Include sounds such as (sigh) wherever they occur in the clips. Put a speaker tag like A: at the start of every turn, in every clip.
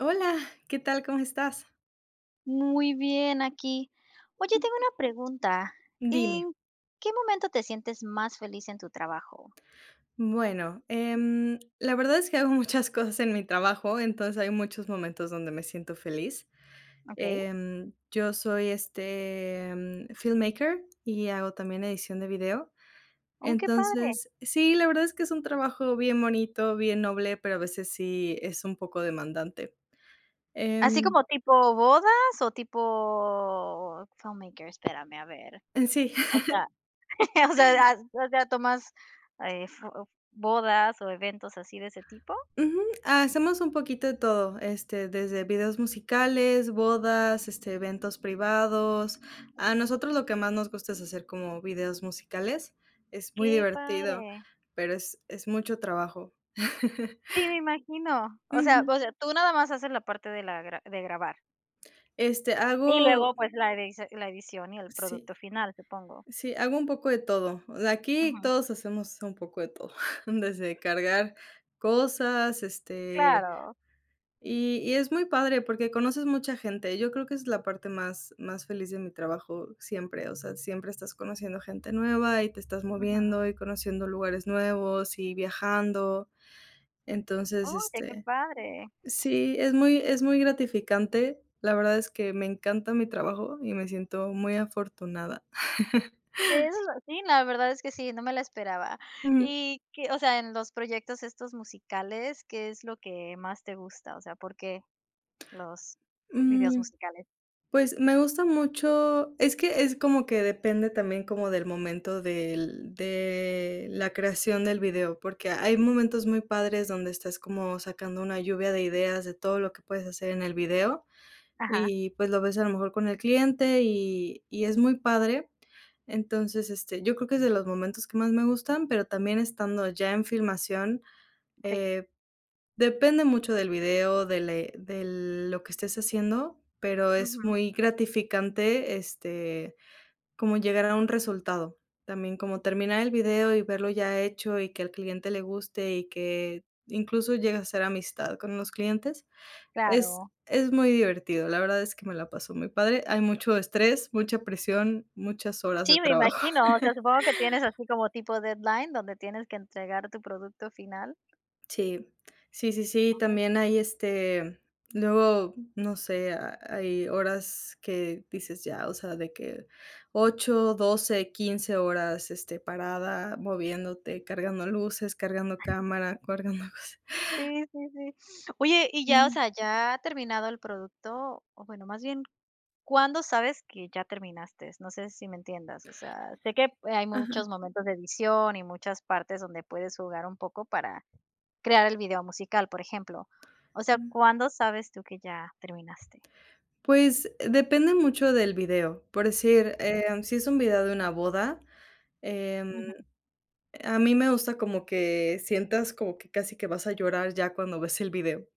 A: Hola, ¿qué tal? ¿Cómo estás?
B: Muy bien, aquí. Oye, tengo una pregunta.
A: Dime.
B: ¿En qué momento te sientes más feliz en tu trabajo?
A: Bueno, la verdad es que hago muchas (laughs) cosas en mi trabajo, entonces hay muchos momentos donde me siento feliz.
B: Okey.
A: Yo soy este filmmaker y hago también edición de video.
B: Oh, qué padre.
A: Entonces, sí, la verdad es que es un trabajo bien bonito, bien noble, pero a veces sí es un poco demandante.
B: ¿Así
A: Em,
B: como tipo bodas o tipo filmmaker? Espérame, a ver.
A: (laughs) sí.
B: O sea, (laughs) o sea, has o sea, ¿tomas, fo bodas o eventos así de ese tipo?
A: Ujú, hacemos un poquito de todo, este, desde videos musicales, bodas, este, eventos privados. A nosotros lo que más nos gusta es hacer como videos musicales. Es muy
B: Qué
A: divertido,
B: padre.
A: pero es mucho trabajo.
B: Sí,
A: (laughs)
B: me imagino. O sea
A: Ujú.
B: o sea, tú nada más haces la parte de la gra de grabar.
A: Este,
B: Y luego,
A: hago.
B: pues, la edición y el
A: Sí,
B: producto final, supongo.
A: sí, hago un poco de todo. O sea, aquí todos hacemos un poco de todo, (laughs) desde cargar cosas, este.
B: Claro.
A: Y es muy padre porque conoces mucha gente. Yo creo que es la parte más feliz de mi trabajo siempre, o sea, siempre estás conociendo gente nueva y te estás
B: Ujú.
A: moviendo y conociendo lugares nuevos y viajando. Entonces,
B: Oye, qué
A: este,
B: padre.
A: sí, es muy gratificante. La verdad es que me encanta mi trabajo y me siento muy afortunada. (laughs)
B: Eso lo Sí, la verdad es que sí, no me la esperaba.
A: Ujú.
B: Y que, o sea, en los proyectos estos musicales, ¿qué es lo que más te gusta? O sea, ¿por qué los videos
A: Mm.
B: musicales?
A: Pues, me gusta mucho es que es como que depende también como del momento del de la creación del video, porque hay momentos muy padres donde estás como sacando una lluvia de ideas de todo lo que puedes hacer en el video,
B: Ajá,
A: y, pues, lo ves a lo mejor con el cliente y es muy padre. Entonces, este, yo creo que es de los momentos que más me gustan, pero también estando ya en filmación.
B: sí.
A: eh, Depende mucho del video, de lo que estés haciendo, pero es
B: Ujú,
A: muy gratificante, este, como llegar a un resultado. También como terminar el video y verlo ya hecho y que al cliente le guste y que incluso llega a ser amistad con los clientes. Es
B: claro.
A: es muy divertido, la verdad es que me la pasó muy padre. Hay mucho estrés, mucha presión, muchas horas de
B: Sí, me
A: trabajo.
B: imagino, o sea, supongo que tienes así como tipo deadline, donde tienes que entregar tu producto final.
A: Sí, sí, sí, sí, también hay, este, luego, no sé, ha hay horas que dices ya, o sea, de que 8, 12, 15 horas, este, parada, moviéndote, cargando luces, cargando cámara, (laughs) cargando cosas.
B: Sí, sí, sí. Oye, y ya, o
A: Mm,
B: sea, ya terminado el producto, o bueno, más bien, ¿cuándo sabes que ya terminaste? No sé si me entiendas, o sea, sé que, hay
A: ajá,
B: muchos momentos de edición y muchas partes donde puedes jugar un poco para crear el video musical, por ejemplo. O sea,
A: mm.
B: ¿cuándo sabes tú que ya terminaste?
A: Pues, depende mucho del video, por decir, si es un video de una boda. em,
B: Ujú.
A: a mí me gusta como que sientas como que casi que vas a llorar ya cuando ves el video.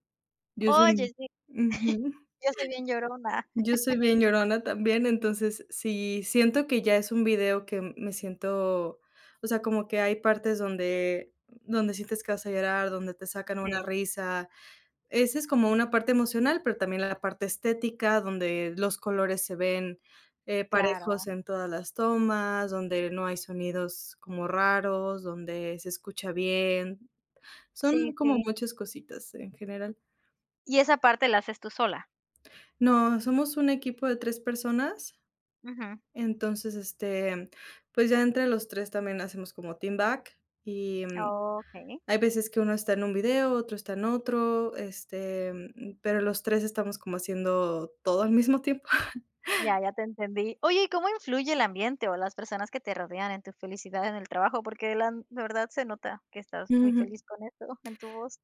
A: Yo soy.
B: Oye, sí,
A: Ujú.
B: yo soy bien llorona.
A: Yo
B: (laughs)
A: soy bien llorona también, entonces, si siento que ya es un video que me siento, o sea, como que hay partes donde sientes que vas a llorar, donde te sacan una
B: Sí,
A: risa. Esa es como una parte emocional, pero también la parte estética, donde los colores se ven, parejos
B: claro.
A: en todas las tomas, donde no hay sonidos como raros, donde se escucha bien. Son
B: Sí,
A: como
B: sí.
A: muchas cositas en general.
B: ¿Y esa parte la haces tú sola?
A: No, somos un equipo de 3 personas.
B: Ujú.
A: Entonces, este, pues, ya entre los 3 también hacemos como team back y,
B: Okey.
A: hay veces que uno está en un video, otro está en otro, este, pero los 3 estamos como haciendo todo al mismo tiempo. (laughs)
B: Ya, ya te entendí. Oye, ¿y cómo influye el ambiente o las personas que te rodean en tu felicidad en el trabajo? Porque la de verdad se nota que estás muy
A: Ujú.
B: feliz con eso en tu voz.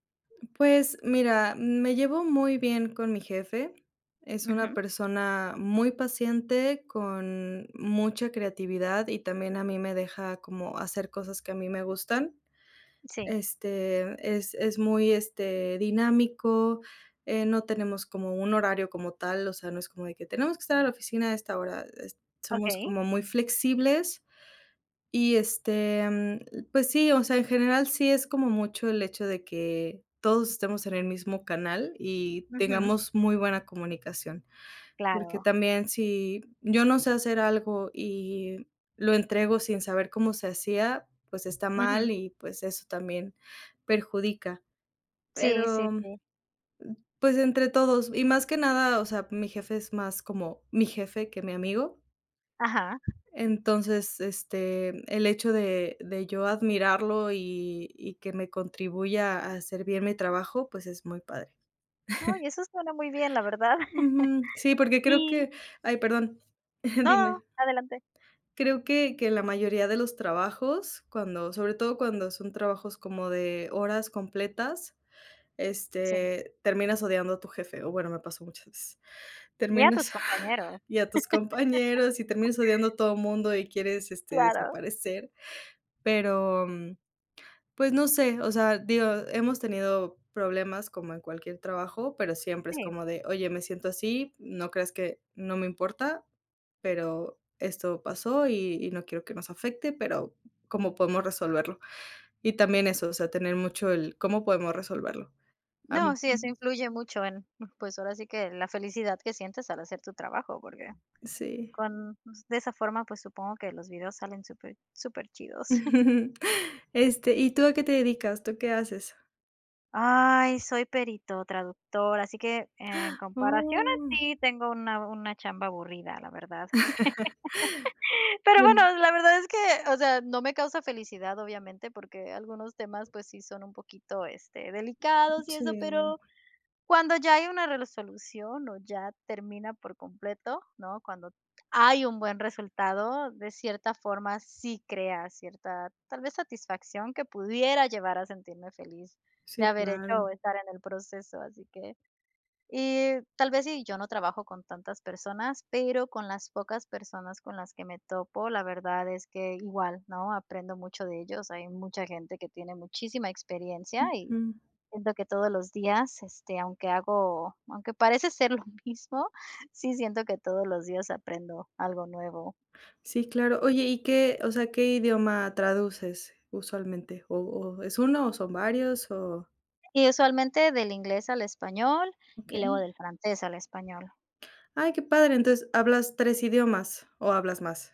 A: Pues, mira, me llevo muy bien con mi jefe. Es una
B: Ujú,
A: persona muy paciente, con mucha creatividad y también a mí me deja como hacer cosas que a mí me gustan.
B: sí,
A: Este, es muy, este, dinámico. No tenemos como un horario como tal, o sea, no es como de que tenemos que estar a la oficina a esta hora, es somos
B: okey.
A: como muy flexibles y, este, pues sí, o sea, en general sí es como mucho el hecho de que todos estemos en el mismo canal y
B: Ujú,
A: tengamos muy buena comunicación. Porque
B: claro.
A: también si yo no sé hacer algo y lo entrego sin saber cómo se hacía, pues está mal
B: Ujú.
A: y pues eso también perjudica.
B: Sí, sí,
A: Pero,
B: sí.
A: pues entre todos y más que nada, o sea, mi jefe es más como mi jefe que mi amigo.
B: Ajá.
A: Entonces, este, el hecho de yo admirarlo y que me contribuya a hacer bien mi trabajo, pues es muy padre.
B: Oye, eso suena muy bien, la verdad. (laughs)
A: Ujú. Sí, porque creo
B: Y
A: que ay, perdón. (laughs)
B: no,
A: Dime.
B: adelante.
A: Creo que la mayoría de los trabajos, cuando sobre todo cuando son trabajos como de horas completas,
B: Sí.
A: este, terminas odiando a tu jefe, o bueno, me pasó muchas veces.
B: Y a tus
A: Terminas
B: compañeros.
A: (laughs) y a tus compañeros, y terminas odiando a todo el mundo y quieres, este,
B: Claro,
A: desaparecer, pero, pues, no sé, o sea, digo, hemos tenido problemas como en cualquier trabajo, pero siempre es
B: sí.
A: como de: "Oye, me siento así, ¿no crees que no me importa?" Pero esto pasó y no quiero que nos afecte, pero, ¿cómo podemos resolverlo? Y también eso, o sea, tener mucho el cómo podemos resolverlo. Am
B: No, sí, eso
A: ujú,
B: influye mucho en, pues, ahora sí que la felicidad que sientes al hacer tu trabajo, porque,
A: sí.
B: con pues, de esa forma, pues, supongo que los videos salen súper súper chidos. (laughs)
A: (laughs) Este, ¿y tú a qué te dedicas? ¿Tú qué haces?
B: Ay, soy perito traductor, así que en comparación a
A: Oh,
B: ti, tengo una chamba aburrida, la verdad. (laughs) Pero
A: bien,
B: bueno, la verdad es que, o sea, no me causa felicidad, obviamente, porque algunos temas, pues sí son un poquito, este, delicados y eso,
A: sí,
B: pero cuando ya hay una resolución o ya termina por completo, ¿no? Cuando hay un buen resultado, de cierta forma sí crea cierta, tal vez, satisfacción que pudiera llevar a sentirme feliz de
A: sí,
B: haber hecho
A: claro.
B: o estar en el proceso, así que, y tal vez sí, yo no trabajo con tantas personas, pero con las pocas personas con las que me topo, la verdad es que igual, ¿no? Aprendo mucho de ellos. Hay mucha gente que tiene muchísima experiencia. Y
A: Mm,
B: siento que todos los días, este, aunque hago, aunque parece (laughs) ser lo mismo, (laughs) sí siento que todos los días aprendo algo nuevo.
A: sí, claro. Oye, y qué, o sea, qué idioma traduces usualmente? ¿O es uno o son varios o?
B: Y usualmente del inglés al español, y luego
A: Okey.
B: del francés al español.
A: Ay, qué padre. Entonces, ¿hablas 3 idiomas o hablas más?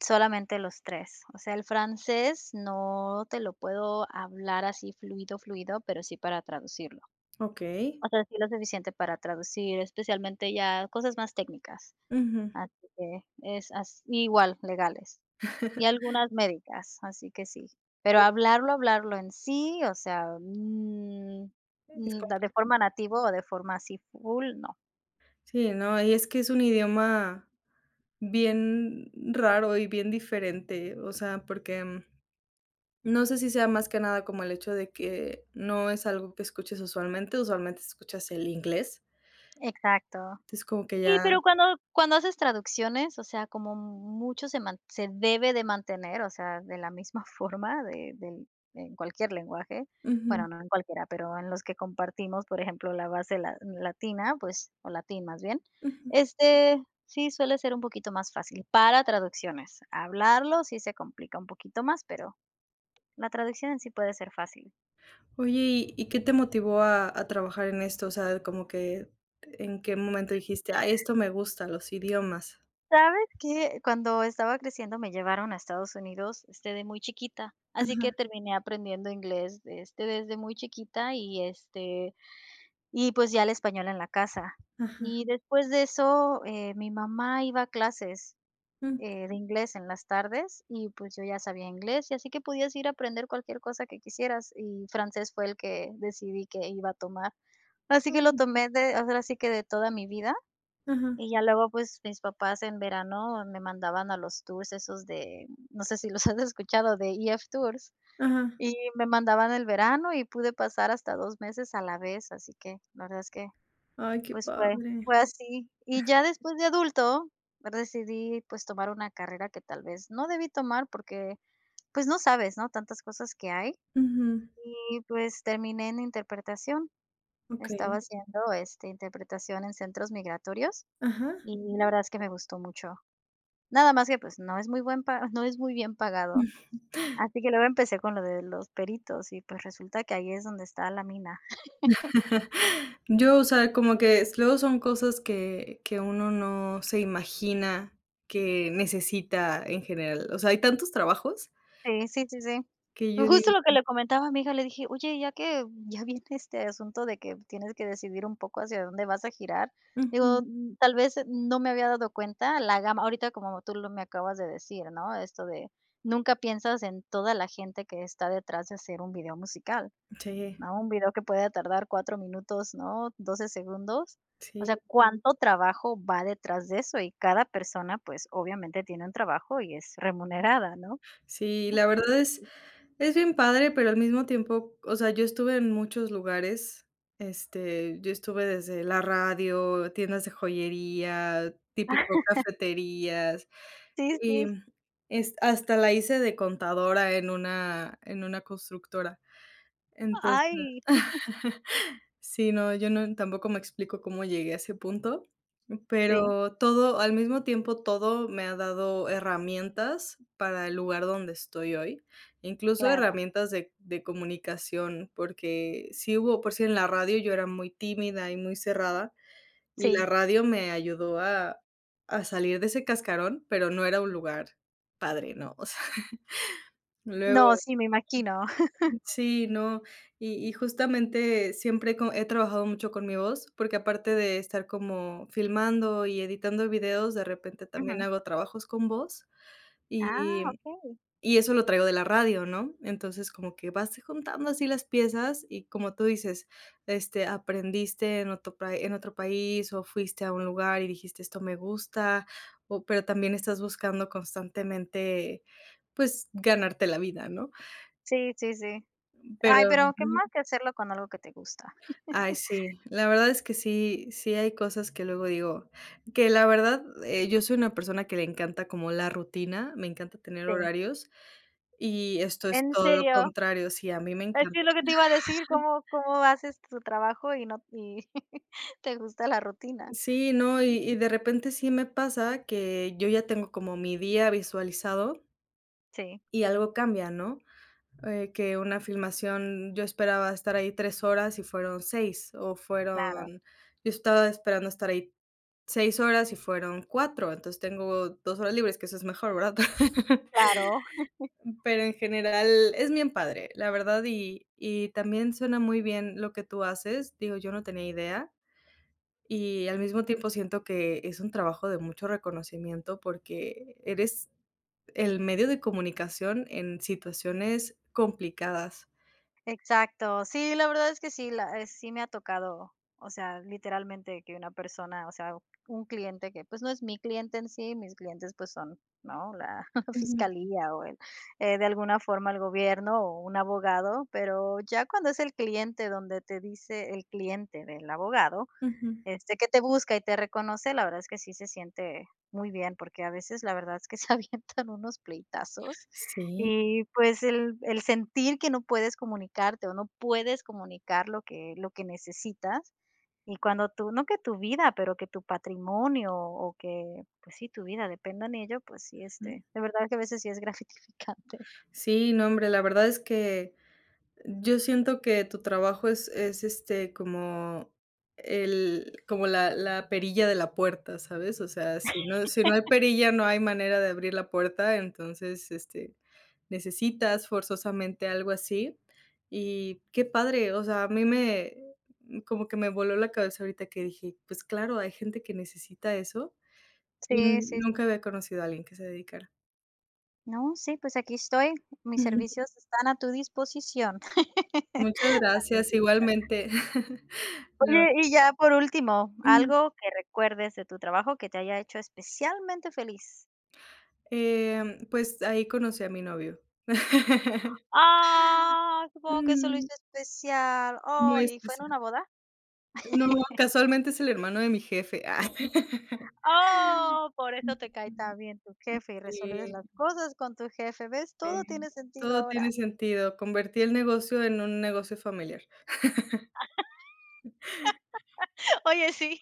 B: Solamente los 3. O sea, el francés no te lo puedo hablar así fluido, fluido, pero sí para traducirlo.
A: Okey.
B: O sea, sí lo suficiente para traducir, especialmente ya cosas más técnicas.
A: Ujú.
B: Así que es, as, igual, legales. Y algunas médicas, así que sí. Pero hablarlo, hablarlo en sí, o sea,
A: Es compli
B: de forma nativo o de forma así full, no.
A: Sí, no, y es que es un idioma bien raro y bien diferente, o sea, porque, no sé si sea más que nada como el hecho de que no es algo que escuches usualmente, usualmente escuchas el inglés,
B: Exacto.
A: entonces como que
B: Sí,
A: ya.
B: pero cuando haces traducciones, o sea, como mucho se man se debe de mantener, o sea, de la misma (laughs) forma de del en cualquier lenguaje,
A: Ujú,
B: bueno, no en cualquiera, pero en los que compartimos, por ejemplo, la base la latina, pues, o latín más bien,
A: ujú.
B: este, sí suele ser un poquito más fácil para traducciones. Hablarlo sí se complica un poquito más, pero la traducción en sí puede ser fácil.
A: Oye, ¿y qué te motivó a trabajar en esto? O sea, como que, ¿en qué momento dijiste: "Ay, esto me gusta, los idiomas"?
B: ¿Sabes que cuando estaba creciendo me llevaron a Estados Unidos, este, de muy chiquita, así que
A: Ajá,
B: terminé aprendiendo inglés, este, desde muy chiquita y, este, y pues ya el español en la casa?
A: ajá,
B: Y después de eso, mi mamá iba a clases,
A: mm,
B: de inglés en las tardes y pues yo ya sabía inglés, y así que podías ir a aprender cualquier cosa que quisieras, y francés fue el que decidí que iba a tomar. Así que lo
A: ah,
B: tomé de, ahora sí que, de toda mi vida.
A: ajá,
B: Y ya luego, pues, mis papás en verano me mandaban a los tours esos de, no sé si los (laughs) has escuchado, de EF Tours,
A: ajá.
B: y me mandaban el verano y pude pasar hasta 2 meses a la vez, así que la verdad es que,
A: Ay, qué
B: pues, fue
A: padre.
B: fue así. Y ya después de adulto, decidí, pues, tomar una carrera que tal vez no debí tomar porque, pues, no sabes, ¿no?, tantas cosas que hay.
A: Ujú,
B: Y, pues, terminé en interpretación. Estaba
A: okey.
B: haciendo, este, interpretación en centros migratorios
A: Ajá.
B: y la verdad es que me gustó mucho. Nada más que, pues, no es muy buen pa (laughs) no es muy bien pagado. Así que luego empecé con lo de los peritos y, pues, resulta que ahí es donde está la mina.
A: (laughs) Yo, o sea, como que s luego son cosas que uno no se imagina que necesita en general. O sea, hay tantos trabajos
B: Sí, sí, sí, sí.
A: que yo
B: Pues, justo
A: digo.
B: lo que le comentaba a mi hija, le dije: "Oye, ya que ya viene este asunto de que tienes que decidir un poco hacia dónde vas a girar",
A: Ujú,
B: digo, mm, tal vez no me había dado cuenta la gama ahorita como tú lo me acabas de decir, ¿no? Esto de, nunca piensas en toda la gente que está detrás de hacer un video musical,
A: sí,
B: ¿no? Un video que pueda tardar 4 minutos, ¿no?, 12 segundos. O
A: sí,
B: sea, ¿cuánto trabajo va detrás de eso? Y cada persona, pues, obviamente tiene un trabajo y es remunerada, ¿no?
A: sí, la verdad es. Es bien padre, pero al mismo tiempo, o sea, yo estuve en muchos lugares, este, yo estuve desde la radio, tiendas de joyería, típico cafeterías,
B: Sí,
A: y
B: sí.
A: es hasta la hice de contadora en una constructora. Entonces.
B: Ay,
A: Sí, no, yo no tampoco me explico cómo llegué a ese punto,
B: sí,
A: pero todo, al mismo tiempo, todo me ha dado herramientas para el lugar donde estoy hoy, incluso
B: claro,
A: herramientas de comunicación, porque sí hubo por sí en la radio yo era muy tímida y muy cerrada, y la
B: sí.
A: radio me ayudó a salir de ese cascarón, pero no era un lugar padre, ¿no? O sea, (laughs) luego.
B: No, sí, me imagino. (laughs)
A: Sí, no, y justamente siempre co he trabajado mucho con mi voz, porque aparte de estar como filmando y editando videos, de repente también
B: Ujú.
A: hago trabajos con voz,
B: Ah,
A: y
B: okey.
A: y eso lo traigo de la radio, ¿no? Entonces, como que vas juntando así las piezas y como tú dices, este, aprendiste en otro país o fuiste a un lugar y dijiste: "Esto me gusta", o pero también estás buscando constantemente, pues, ganarte la vida, ¿no?
B: Sí, sí, sí. Ay,
A: Pero.
B: pero qué más que hacerlo con algo que te gusta.
A: Ay, sí, la verdad es que sí, sí hay cosas que luego digo, que la verdad, yo soy una persona que le encanta como la rutina, me encanta tener
B: Sí.
A: horarios y esto es
B: ¿En
A: todo lo
B: serio?
A: contrario, sí, a mí me
B: Es que
A: encanta.
B: es lo que te iba a decir, ¿cómo haces tu trabajo y no y (laughs) te gusta la rutina?
A: Sí, no, y de repente sí me pasa que yo ya tengo como mi día visualizado
B: Sí,
A: y algo cambia, ¿no? Que una filmación yo esperaba estar ahí 3 horas y fueron 6 o
B: claro.
A: fueron yo estaba esperando estar ahí 6 horas y fueron 4 entonces tengo 2 horas libres, que eso es mejor, ¿verdad? (laughs)
B: Claro,
A: Pero en general es bien padre, la verdad, y también suena muy bien lo que tú haces, digo, yo no tenía idea, y al mismo tiempo siento que es un trabajo de mucho reconocimiento porque eres el medio de comunicación en situaciones complicadas.
B: exacto. Sí, la verdad es que sí, la, sí me ha tocado, o sea, literalmente que una persona, o sea, un cliente que, pues, no es mi cliente en sí, mis clientes, pues, son, ¿no?, la (laughs)
A: Ujú,
B: fiscalía o el, de alguna forma el gobierno o un abogado, pero ya cuando es el cliente donde te dice el cliente del abogado,
A: ujú.
B: este, que te busca y te reconoce, la verdad es que sí se siente muy bien, porque a veces la verdad es que se (laughs) avientan unos pleitazos
A: Sí,
B: y, pues, el sentir que no puedes comunicarte o no puedes comunicar lo que necesitas, y cuando tú no que tu vida, pero que tu patrimonio, o que, pues sí, tu vida dependan de ello, pues sí,
A: ujú.
B: este, de verdad que a veces sí es (laughs) gratificante.
A: Sí, no, hombre, la verdad es que. Yo siento que tu trabajo es, este, como el como la perilla de la puerta, ¿sabes? O sea, si no hay perilla, no hay manera de abrir la puerta, entonces, este, necesitas forzosamente algo así. Y qué padre, o sea, a mí me como que me voló la cabeza ahorita que dije: "Pues claro, hay gente que necesita eso", y
B: Sí,
A: n-
B: sí.
A: nunca había conocido a alguien que se dedicara.
B: No, sí, pues aquí estoy, mis
A: (laughs)
B: servicios están a tu disposición.
A: Muchas
B: (laughs)
A: gracias, igualmente. (laughs) La.
B: Oye, y ya por último, algo que recuerdes de tu trabajo que te haya hecho especialmente feliz.
A: Pues ahí conocí a mi novio. (laughs)
B: Ah, supongo que eso lo
A: Mm,
B: hizo especial. Oh,
A: muy
B: ¿y fue en
A: especial.
B: una boda?
A: No, casualmente es el hermano de mi jefe. (laughs) Ah.
B: Oh, por
A: Mm,
B: eso te cae
A: mm,
B: tan bien tu jefe y resuelves las
A: sí,
B: cosas con tu jefe. ¿Ves? Todo
A: sí,
B: tiene sentido
A: todo tiene
B: ahora.
A: sentido. Convertí el negocio en un negocio familiar.
B: (laughs) Oye, sí.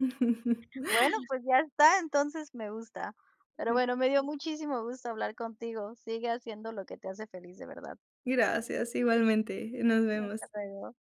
A: (laughs)
B: Bueno, pues ya está, entonces me gusta. Pero bueno, me dio muchísimo gusto hablar contigo. Sigue haciendo lo que te hace feliz, de verdad.
A: Gracias, igualmente. Nos
B: Hasta
A: vemos.
B: luego.